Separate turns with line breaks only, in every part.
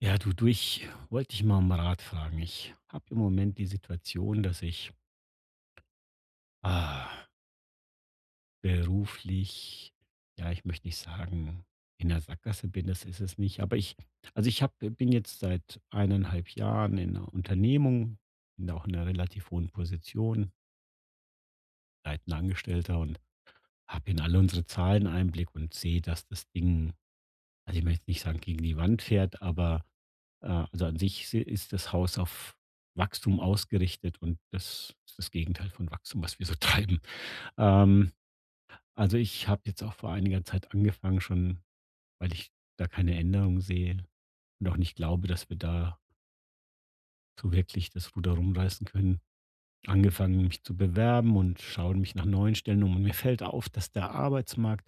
Ja, du, ich wollte dich mal um Rat fragen. Ich habe im Moment die Situation, dass ich ah, beruflich, ja, ich möchte nicht sagen, in der Sackgasse bin. Das ist es nicht. Aber ich, also bin jetzt seit eineinhalb Jahren in einer Unternehmung, bin auch in einer relativ hohen Position, leitender Angestellter und habe in alle unsere Zahlen Einblick und sehe, dass das Ding, also, ich möchte jetzt nicht sagen, gegen die Wand fährt, aber, also, an sich si ist das Haus auf Wachstum ausgerichtet, und das ist das Gegenteil von Wachstum, was wir so treiben. Ähm, also, ich habe jetzt auch vor einiger Zeit angefangen schon, weil ich da keine Änderung sehe und auch nicht glaube, dass wir da so wirklich das Ruder rumreißen können, angefangen, mich zu bewerben, und schaue mich nach neuen Stellen um. Und mir fällt auf, dass der Arbeitsmarkt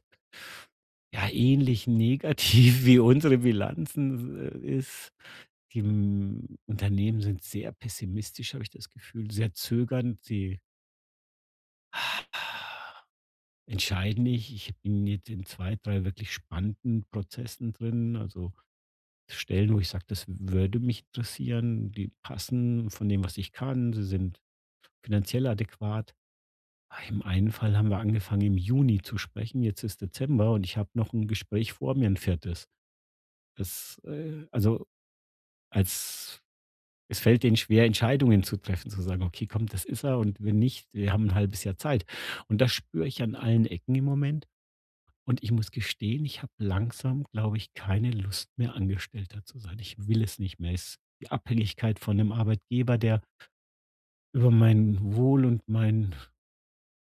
ja ähnlich negativ wie unsere Bilanzen ist. Die, Unternehmen sind sehr pessimistisch, habe ich das Gefühl, sehr zögernd. Sie entscheiden nicht. Ich bin jetzt in zwei, 3 wirklich spannenden Prozessen drin, also Stellen, wo ich sage: „Das würde mich interessieren." Die passen von dem, was ich kann. Sie sind finanziell adäquat. Im einen Fall haben wir angefangen im Juni zu sprechen, jetzt ist Dezember, und ich habe noch ein Gespräch vor mir, ein viertes. Das, also, als, es fällt denen schwer, Entscheidungen zu treffen, zu sagen: „Okay, komm, das ist er, und wenn nicht, wir haben ein halbes Jahr Zeit." Und das spüre ich an allen Ecken im Moment, und ich muss gestehen, ich habe langsam, glaube ich, keine Lust mehr, Angestellter zu sein. Ich will es nicht mehr. Es ist die Abhängigkeit von 'nem Arbeitgeber, der über mein Wohl und mein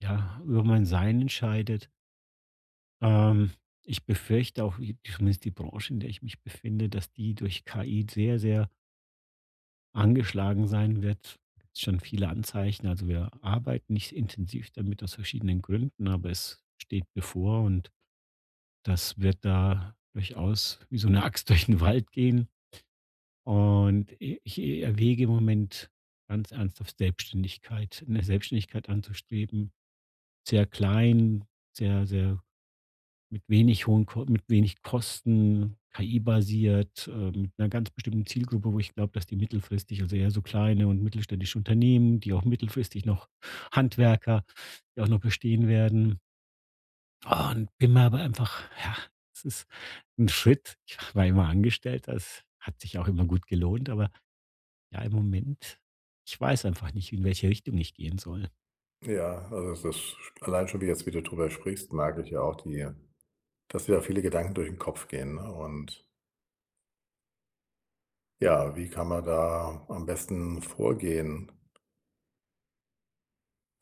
ja, über mein Sein entscheidet. Ähm, Ich befürchte auch, zumindest die Branche, in der ich mich befinde, dass die durch KI sehr, sehr angeschlagen sein wird. Gibt's schon viele Anzeichen. Also, wir arbeiten nicht intensiv damit aus verschiedenen Gründen, aber es steht bevor, und das wird da durchaus wie so eine Axt durch den Wald gehen. Und i ich erwäge im Moment ganz ernsthaft Selbstständigkeit, eine Selbstständigkeit anzustreben. Sehr klein, sehr, sehr mit wenig Kosten, KI-basiert, mit einer ganz bestimmten Zielgruppe, wo ich glaube, dass die mittelfristig, also eher so kleine und mittelständische Unternehmen, die auch mittelfristig noch, Handwerker, die auch noch bestehen werden. Und bin mir aber einfach, ja, es ist ein Schritt. Ich war immer angestellt, das hat sich auch immer gut gelohnt, aber ja, im Moment, ich weiß einfach nicht, in welche Richtung ich gehen soll.
Ja, also das allein schon, wie jetzt wie du drüber sprichst, merke ich ja auch die dass dir da viele Gedanken durch den Kopf gehen, ne? Und ja, wie kann man da am besten vorgehen?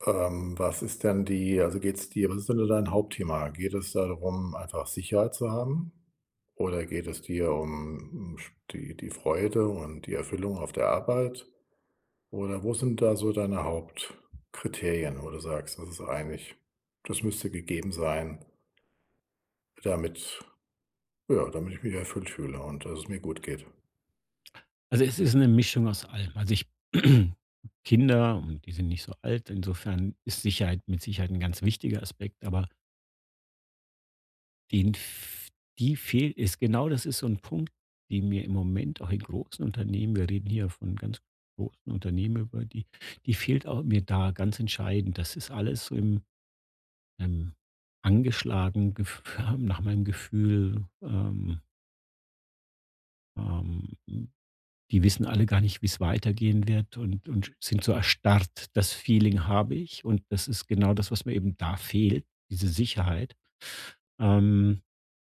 Was ist denn die also geht's dir was ist denn da dein Hauptthema? Geht es darum, einfach Sicherheit zu haben? Oder geht es dir um, hm, die Freude und die Erfüllung auf der Arbeit? Oder wo sind da so deine Hauptkriterien, wo du sagst: „Das ist eigentlich das müsste gegeben sein, damit“ Ja, damit ich mich erfüllt fühle und dass es mir gut geht.
Also, es ist eine Mischung aus allem. Also, ich Kinder, und die sind nicht so alt, insofern ist Sicherheit mit Sicherheit ein ganz wichtiger Aspekt, aber den f die fehlt, ist genau, das ist so ein Punkt, die mir im Moment auch in großen Unternehmen, wir reden hier von ganz großen Unternehmen, über die, die fehlt auch mir da ganz entscheidend. Das ist alles so im ähm, angeschlagen gef nach meinem Gefühl, ähm die wissen alle gar nicht, wie es weitergehen wird, und sind so erstarrt. Das Feeling habe ich, und das ist genau das, was mir eben da fehlt, diese Sicherheit. Ähm,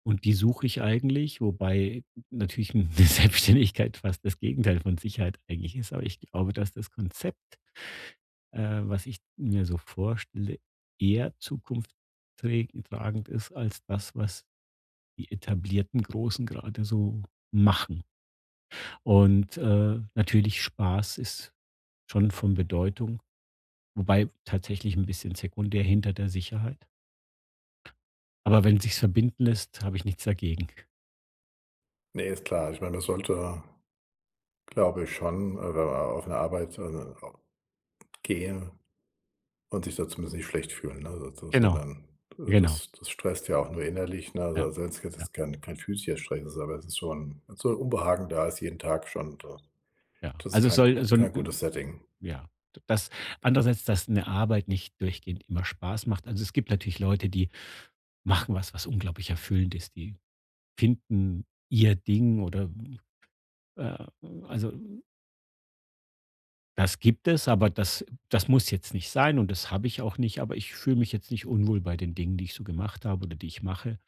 und die suche ich eigentlich, wobei natürlich 'ne Selbstständigkeit fast das Gegenteil von Sicherheit eigentlich ist. Aber ich glaube, dass das Konzept, was ich mir so vorstelle, eher zukunftstragend ist als das, was die etablierten Großen gerade so machen. Und, natürlich, Spaß ist schon von Bedeutung, wobei tatsächlich ein bisschen sekundär hinter der Sicherheit. Aber wenn sich's verbinden lässt, habe ich nichts dagegen.
Ne, ist klar. Ich meine, man sollte, glaube ich schon, wenn man auf 'ne Arbeit, gehe und sich da zumindest nicht schlecht fühlen, ne? So
Genau,
sondern,
genau.
das stresst ja auch nur innerlich, ne? Also,
Ja,
wenn's
ja,
jetzt kein physischer Stress ist, aber es ist schon wenn so 'n Unbehagen da ist jeden Tag schon, da
ja.
das ist
Also, es soll so 'n,
kein gutes Setting.
ja, das, andererseits, dass 'ne Arbeit nicht durchgehend immer Spaß macht. Also, es gibt natürlich Leute, die machen was, was unglaublich erfüllend ist. Die finden ihr Ding, oder, äh, also, das gibt es, aber das muss jetzt nicht sein, und das habe ich auch nicht, aber ich fühle mich jetzt nicht unwohl bei den Dingen, die ich so gemacht habe oder die ich mache.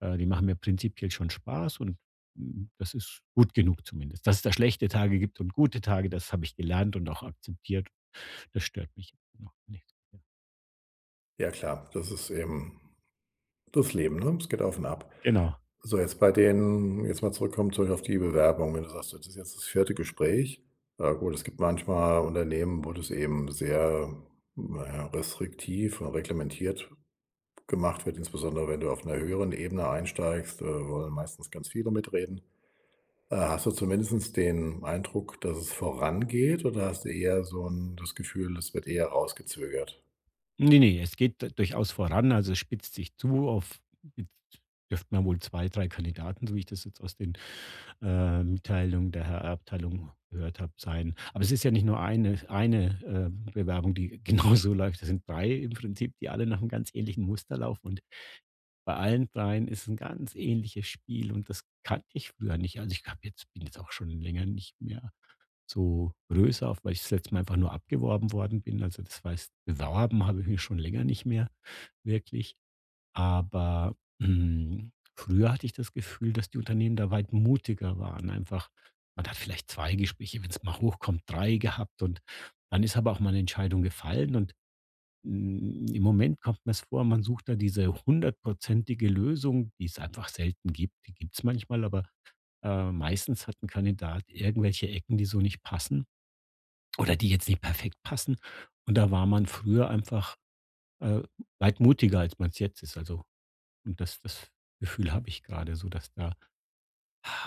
Die machen mir prinzipiell schon Spaß, und, das ist gut genug zumindest. Dass es da schlechte Tage gibt und gute Tage, das habe ich gelernt und auch akzeptiert. Das stört mich jetzt noch nicht.
Ja klar, das ist eben das Leben, ne? Es geht auf und ab.
Genau.
So, jetzt bei den jetzt mal zurückkommen zurück auf die Bewerbung. Wenn du sagst, das ist jetzt das vierte Gespräch. Ja gut, es gibt manchmal Unternehmen, wo das eben sehr, na ja, restriktiv und reglementiert gemacht wird, insbesondere wenn du auf einer höheren Ebene einsteigst, wollen meistens ganz viele mitreden. Hast du zumindest den Eindruck, dass es vorangeht oder hast du eher so ein das Gefühl, es wird eher rausgezögert?
Ne, ne, es geht durchaus voran. Also, es spitzt sich zu, auf jetzt dürften da wohl 2, 3 Kandidaten, so wie ich das jetzt aus den, Mitteilungen der Her Abteilung gehört habe, sein. Aber es ist ja nicht nur eine, Bewerbung, die genauso läuft. Das sind 3 im Prinzip, die alle nach einem ganz ähnlichen Muster laufen, und bei allen dreien ist ein ganz ähnliches Spiel, und das kannte ich früher nicht. Also, ich habe jetzt bin jetzt auch schon länger nicht mehr so größer, auf weil ich das letzte Mal einfach nur abgeworben worden bin. Also, das heißt, beworben habe ich mich schon länger nicht mehr wirklich. Aber früher hatte ich das Gefühl, dass die Unternehmen da weit mutiger waren. Einfach, man hat vielleicht zwei Gespräche, wenn es mal hochkommt, drei gehabt, und dann ist aber auch mal eine Entscheidung gefallen, und im Moment kommt mir es vor, man sucht da diese hundertprozentige Lösung, die es einfach selten gibt. Die gibt es manchmal, aber meistens hat ein Kandidat irgendwelche Ecken, die so nicht passen oder die jetzt nicht perfekt passen. Und da war man früher einfach, äh, weit mutiger, als man es jetzt ist. Also, und das Gefühl habe ich gerade so, dass da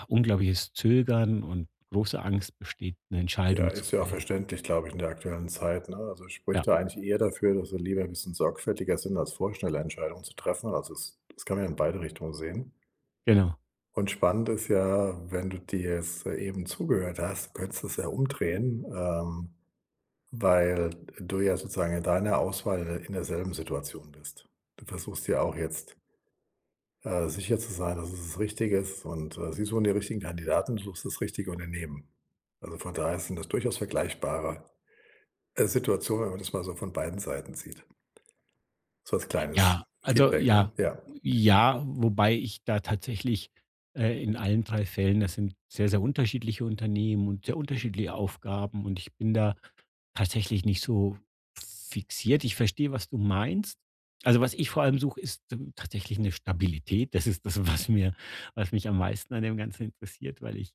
unglaubliches Zögern und große Angst besteht, eine
Ja,
Entscheidung zu
ist ja auch
fällen.
verständlich, glaube ich, in der aktuellen Zeit, ne? Also, spricht
Ja,
da eigentlich eher dafür, dass wir lieber ein bisschen sorgfältiger sind, als vorschnelle Entscheidungen zu treffen. Also, es das kann man ja in beide Richtungen sehen.
genau.
Und spannend ist ja, wenn du dir jetzt eben zugehört hast, könntest du es ja umdrehen, weil du ja sozusagen in deiner Auswahl in derselben Situation bist. Du versuchst ja auch jetzt, sicher zu sein, dass es das Richtige ist und, sie suchen die richtigen Kandidaten, du suchst das richtige Unternehmen. Also, von daher sind das durchaus vergleichbare Situation, wenn man das mal so von beiden Seiten sieht. So als kleines
Ja, also,
Feedback, ne?
ja.
Ja.
Ja, wobei ich da tatsächlich, in allen 3 Fällen, das sind sehr, sehr unterschiedliche Unternehmen und sehr unterschiedliche Aufgaben, und ich bin da tatsächlich nicht so fixiert. Ich verstehe, was du meinst. Also, was ich vor allem suche, ist t tatsächlich eine Stabilität. Das ist das, was mir, was mich am meisten an dem Ganzen interessiert, weil ich,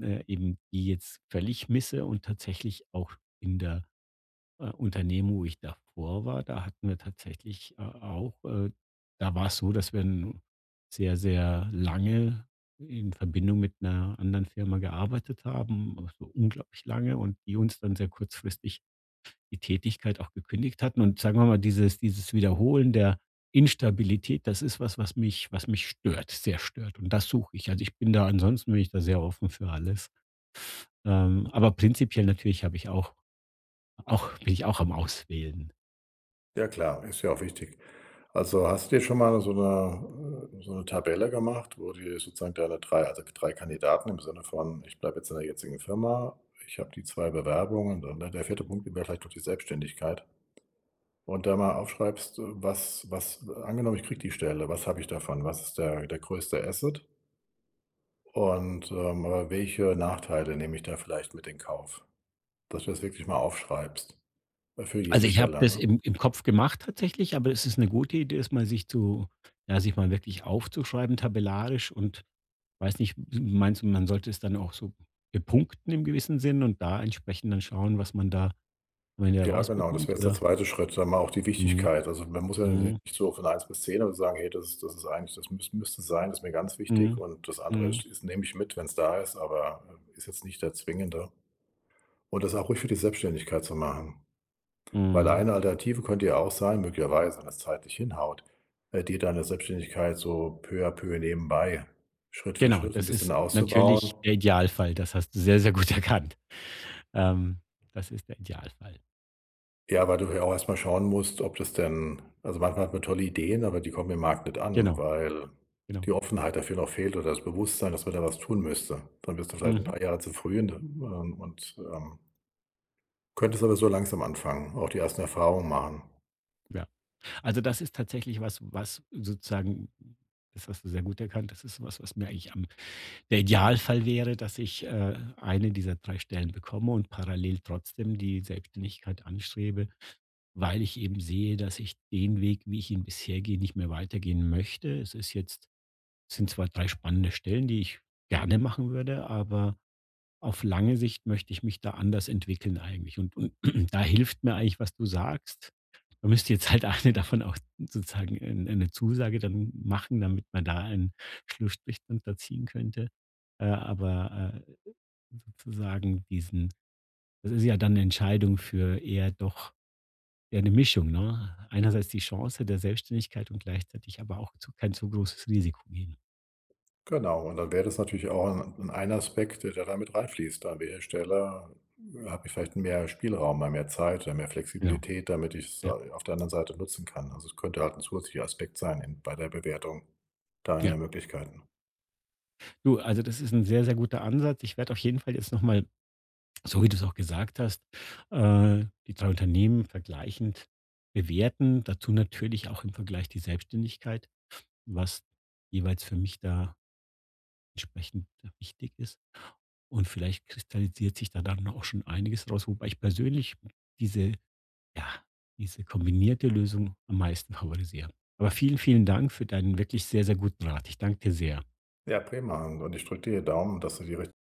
eben die jetzt völlig misse, und tatsächlich auch, in der Unternehmen, wo ich davor war, da hatten wir tatsächlich, da war es so, dass wir 'n sehr, sehr lange in Verbindung mit einer anderen Firma gearbeitet haben, so unglaublich lange, und die uns dann sehr kurzfristig die Tätigkeit auch gekündigt hatten. Und sagen wir mal, dieses, Wiederholen der Instabilität, das ist was, was mich, was mich stört, sehr stört. Und das suche ich. Also, ich bin da ansonsten, bin ich da sehr offen für alles. Aber prinzipiell natürlich habe ich auch, bin ich auch am Auswählen.
Ja klar, ist ja auch wichtig. Also, hast du dir schon mal so eine Tabelle gemacht, wo dir sozusagen deine 3, also 3 Kandidaten im Sinne von: „Ich bleibe jetzt in der jetzigen Firma, ich habe die 2 Bewerbungen und dann der vierte Punkt wäre vielleicht noch die Selbstständigkeit.“ Und da mal aufschreibst, was angenommen, ich kriege die Stelle, was habe ich davon? Was ist der größte Asset? Und, aber welche Nachteile nehme ich da vielleicht mit in Kauf? Dass du das wirklich mal aufschreibst, für
Also,
jede
ich habe
Stelle,
das
ne?
im Kopf gemacht tatsächlich, aber es ist eine gute Idee, das mal sich zu, ja, sich mal wirklich aufzuschreiben, tabellarisch, und weiß nicht, meinst du, man sollte es dann auch so bepunkten, im gewissen Sinn, und da entsprechend dann schauen, was man da am Ende
Ja, genau, das wäre
rausbekommt,
jetzt der
oder?
zweite Schritt, sag mal auch die
Mhm,
Wichtigkeit. Also, man muss ja nicht
mhm,
so von eins bis 10 aber sagen: „Hey, das ist eigentlich das müß müsste sein, das ist mir ganz wichtig
mhm,
und das andere
mhm,
ist nehme ich mit, wenn es da ist, aber, ist jetzt nicht der zwingende.“ Und das auch ruhig für die Selbstständigkeit zu machen, weil
mhm.
eine Alternative könnte ja auch sein, möglicherweise, wenn das zeitlich hinhaut, dir deine Selbstständigkeit so peu à peu nebenbei, Schritt für
Genau,
Schritt ein
das
bisschen
ist natürlich
auszubauen.
der Idealfall. Das hast du sehr, sehr gut erkannt. Ähm, Das ist der Idealfall.
Ja, weil du ja auch erst mal schauen musst, ob das denn also, manchmal hat man tolle Ideen, aber die kommen im Markt nicht an,
Genau,
weil
genau.
die Offenheit dafür noch fehlt oder das Bewusstsein, dass man da was tun müsste. Dann bist du vielleicht ein
Mhm.
paar Jahre zu früh könntest aber so langsam anfangen, auch die ersten Erfahrungen machen.
Ja. Also, das ist tatsächlich was, was sozusagen, das hast du sehr gut erkannt. Das ist was, was mir eigentlich, am, der Idealfall wäre, dass ich, eine dieser 3 Stellen bekomme und parallel trotzdem die Selbstständigkeit anstrebe, weil ich eben sehe, dass ich den Weg, wie ich ihn bisher gehe, nicht mehr weitergehen möchte. Es ist jetzt, es sind zwar 3 spannende Stellen, die ich gerne machen würde, aber auf lange Sicht möchte ich mich da anders entwickeln eigentlich, und da hilft mir eigentlich, was du sagst. Man müsste jetzt halt eine davon auch sozusagen, 'ne Zusage dann machen, damit man da einen Schlussstrich drunter ziehen könnte. Aber, sozusagen diesen, das ist ja dann eine Entscheidung für eher, doch eher eine Mischung, ne? Einerseits die Chance der Selbstständigkeit, und gleichzeitig aber auch zu kein zu großes Risiko gehen.
Genau, und dann wäre das natürlich auch ein Aspekt, der damit mit reinfließt. Da haben wir Hersteller habe ich vielleicht mehr Spielraum, mal mehr Zeit oder mehr
Genau,
Flexibilität, damit ich's,
ja,
auf der anderen Seite nutzen kann. Also, es könnte halt ein zusätzlicher Aspekt sein in bei der Bewertung deiner
ja.
Möglichkeiten.
Du, also das ist ein sehr, sehr guter Ansatz. Ich werde auf jeden Fall jetzt noch mal, so wie du es auch gesagt hast, die 2 Unternehmen vergleichend bewerten, dazu natürlich auch im Vergleich die Selbstständigkeit, was jeweils für mich da entsprechend wichtig ist. Und vielleicht kristallisiert sich da dann auch schon einiges raus, wobei ich persönlich diese, ja, diese kombinierte Lösung am meisten favorisiere. Aber vielen, vielen Dank für deinen wirklich sehr, sehr guten Rat. Ich danke dir sehr.
Ja, prima, und ich drücke dir die Daumen, dass du die richt